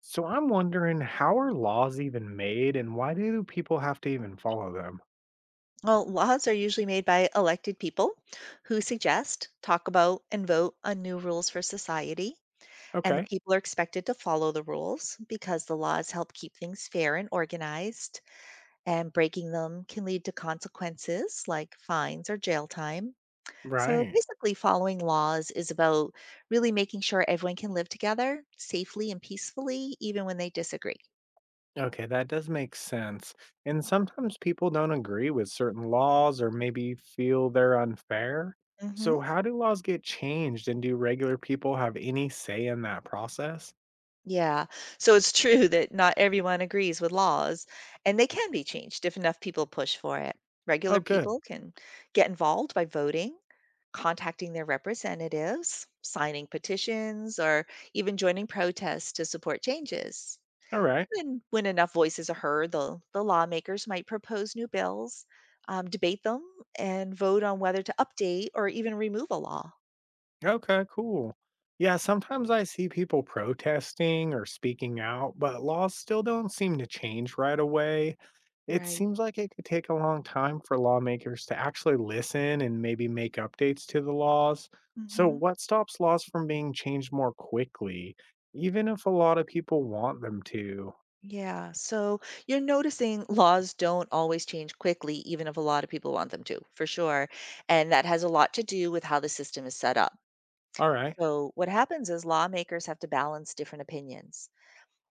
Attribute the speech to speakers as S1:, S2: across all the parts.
S1: So I'm wondering, how are laws even made and why do people have to even follow them?
S2: Well, laws are usually made by elected people who suggest, talk about, and vote on new rules for society. And the
S1: Okay.
S2: people are expected to follow the rules because the laws help keep things fair and organized. And breaking them can lead to consequences like fines or jail time. So
S1: Right.
S2: basically, following laws is about really making sure everyone can live together safely and peacefully, even when they disagree.
S1: Okay, that does make sense. And sometimes people don't agree with certain laws or maybe feel they're unfair.
S2: Hmm.
S1: So how do laws get changed, and do regular people have any say in that process?
S2: Yeah. So it's true that not everyone agrees with laws, and they can be changed if enough people push for it. Regular
S1: Oh, good.
S2: people can get involved by voting, contacting their representatives, signing petitions, or even joining protests to support changes.
S1: All right.
S2: And when enough voices are heard, the lawmakers might propose new bills, debate them, and vote on whether to update or even remove a law.
S1: Okay, cool. Yeah, sometimes I see people protesting or speaking out, but laws still don't seem to change right away. It
S2: Right.
S1: seems like it could take a long time for lawmakers to actually listen and maybe make updates to the laws. So,
S2: Hmm.
S1: what stops laws from being changed more quickly, even if a lot of people want them to?
S2: Yeah. So you're noticing laws don't always change quickly, even if a lot of people want them to, for sure. And that has a lot to do with how the system is set up.
S1: All right.
S2: So what happens is lawmakers have to balance different opinions.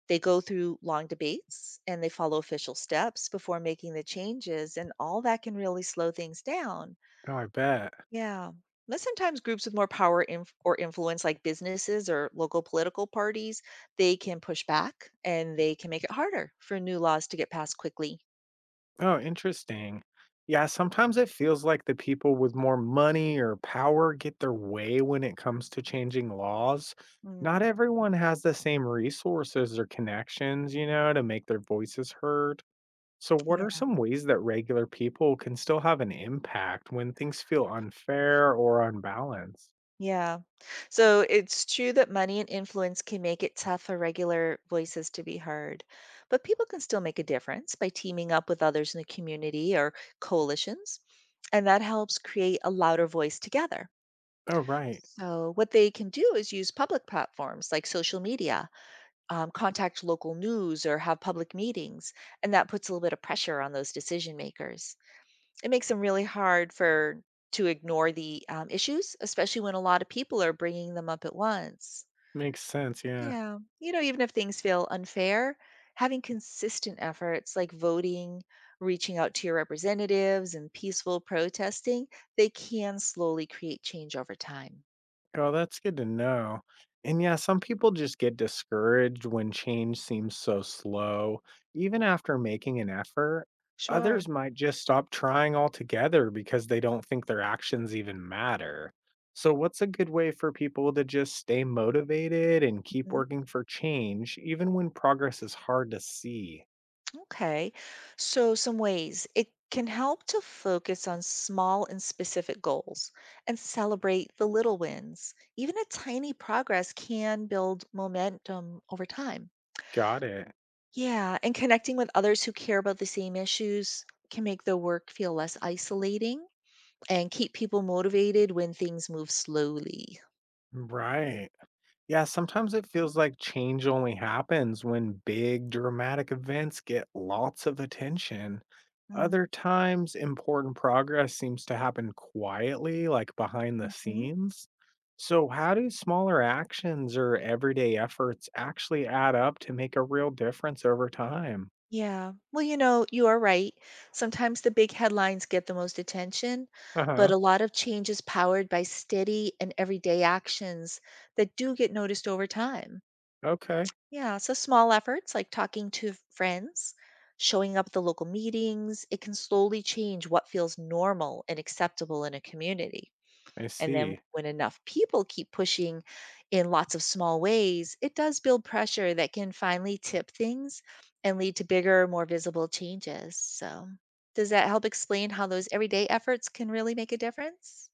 S2: They go through long debates and they follow official steps before making the changes, and all that can really slow things down.
S1: Oh, I bet.
S2: Yeah. But sometimes groups with more power or influence, like businesses or local political parties, they can push back and they can make it harder for new laws to get passed quickly.
S1: Oh, interesting. Yeah, sometimes it feels like the people with more money or power get their way when it comes to changing laws. Not
S2: Mm.
S1: everyone has the same resources or connections, to make their voices heard. So, what are
S2: Yeah.
S1: some ways that regular people can still have an impact when things feel unfair or unbalanced?
S2: Yeah. So it's true that money and influence can make it tough for regular voices to be heard. But people can still make a difference by teaming up with others in the community or coalitions. And that helps create a louder voice together.
S1: Oh, right.
S2: So, what they can do is use public platforms like social media, contact local news or have public meetings, and that puts a little bit of pressure on those decision makers. It makes them really hard for to ignore the issues, especially when a lot of people are bringing them up at once.
S1: Makes sense. Yeah.
S2: Yeah, you know, even if things feel unfair, having consistent efforts like voting, reaching out to your representatives, and peaceful protesting, they can slowly create change over time.
S1: Oh, that's good to know. And yeah, some people just get discouraged when change seems so slow, even after making an effort.
S2: Sure.
S1: Others might just stop trying altogether because they don't think their actions even matter. So, what's a good way for people to just stay motivated and keep
S2: Mhm.
S1: working for change, even when progress is hard to see?
S2: Okay. So, some ways it can help to focus on small and specific goals and celebrate the little wins. Even a tiny progress can build momentum over time.
S1: Got it.
S2: Yeah. And connecting with others who care about the same issues can make the work feel less isolating and keep people motivated when things move slowly.
S1: Right. Yeah, sometimes it feels like change only happens when big dramatic events get lots of attention. Other times, important progress seems to happen quietly, like behind the
S2: Mm-hmm.
S1: scenes. So, how do smaller actions or everyday efforts actually add up to make a real difference over time?
S2: Yeah. Well, you know, you are right. Sometimes the big headlines get the most attention,
S1: Uh
S2: but a
S1: huh.
S2: lot of change is powered by steady and everyday actions that do get noticed over time.
S1: Okay,
S2: Yeah. So small efforts like talking to friends, showing up at the local meetings, it can slowly change what feels normal and acceptable in a community.
S1: I
S2: And then
S1: see.
S2: when enough people keep pushing in lots of small ways, it does build pressure that can finally tip things and lead to bigger, more visible changes. So, does that help explain how those everyday efforts can really make a difference?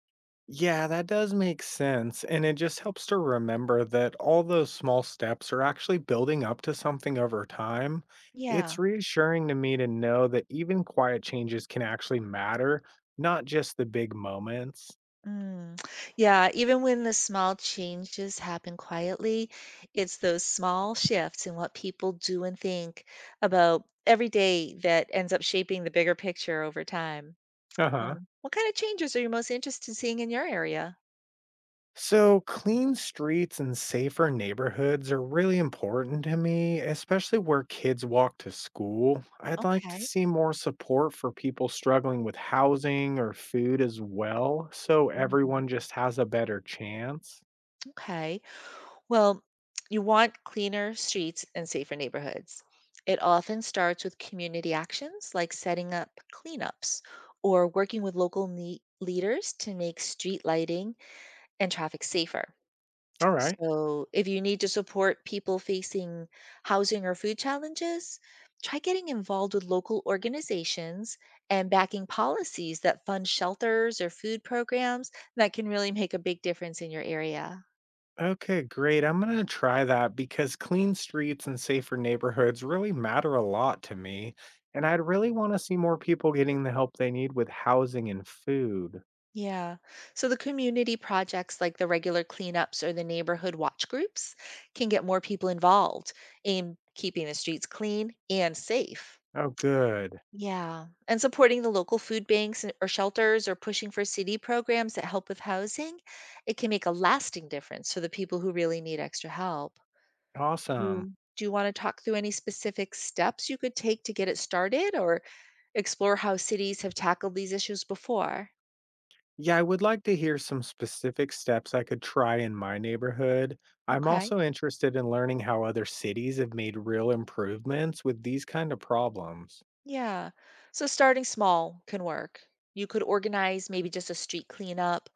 S1: Yeah, that does make sense. And it just helps to remember that all those small steps are actually building up to something over time. It's
S2: Yeah.
S1: reassuring to me to know that even quiet changes can actually matter, not just the big moments.
S2: Mm. Yeah, even when the small changes happen quietly, it's those small shifts in what people do and think about every day that ends up shaping the bigger picture over time.
S1: Uh huh.
S2: Oh, what kind of changes are you most interested in seeing in your area?
S1: So, clean streets and safer neighborhoods are really important to me, especially where kids walk to school. I'd like to
S2: Okay.
S1: see more support for people struggling with housing or food as well, so
S2: Mm.
S1: everyone just has a better chance.
S2: Okay. Well, you want cleaner streets and safer neighborhoods. It often starts with community actions like setting up cleanups or working with local leaders to make street lighting and traffic safer.
S1: All right.
S2: So, if you need to support people facing housing or food challenges, try getting involved with local organizations and backing policies that fund shelters or food programs that can really make a big difference in your area.
S1: Okay, great. I'm going to try that because clean streets and safer neighborhoods really matter a lot to me. And I'd really want to see more people getting the help they need with housing and food.
S2: Yeah. So, the community projects like the regular cleanups or the neighborhood watch groups can get more people involved in keeping the streets clean and safe.
S1: Oh, good.
S2: Yeah. And supporting the local food banks or shelters or pushing for city programs that help with housing, it can make a lasting difference for the people who really need extra help. Do
S1: Awesome.
S2: you, do you want to talk through any specific steps you could take to get it started or explore how cities have tackled these issues before?
S1: Yeah, I would like to hear some specific steps I could try in my neighborhood. I'm
S2: Okay.
S1: also interested in learning how other cities have made real improvements with these kind of problems.
S2: Yeah. So starting small can work. You could organize maybe just a street cleanup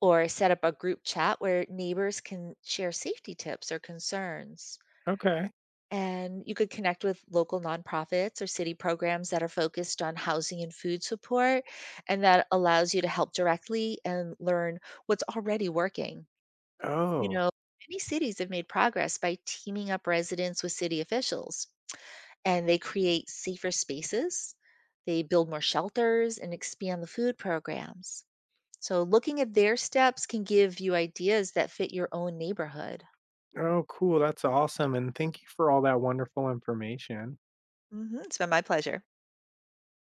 S2: or set up a group chat where neighbors can share safety tips or concerns.
S1: Okay.
S2: And you could connect with local nonprofits or city programs that are focused on housing and food support, and that allows you to help directly and learn what's already working. You
S1: Oh,
S2: know, many cities have made progress by teaming up residents with city officials, and they create safer spaces, they build more shelters and expand the food programs. So looking at their steps can give you ideas that fit your own neighborhood.
S1: oh, cool. That's awesome. And thank you for all that wonderful information.
S2: Hmm. It's been my pleasure.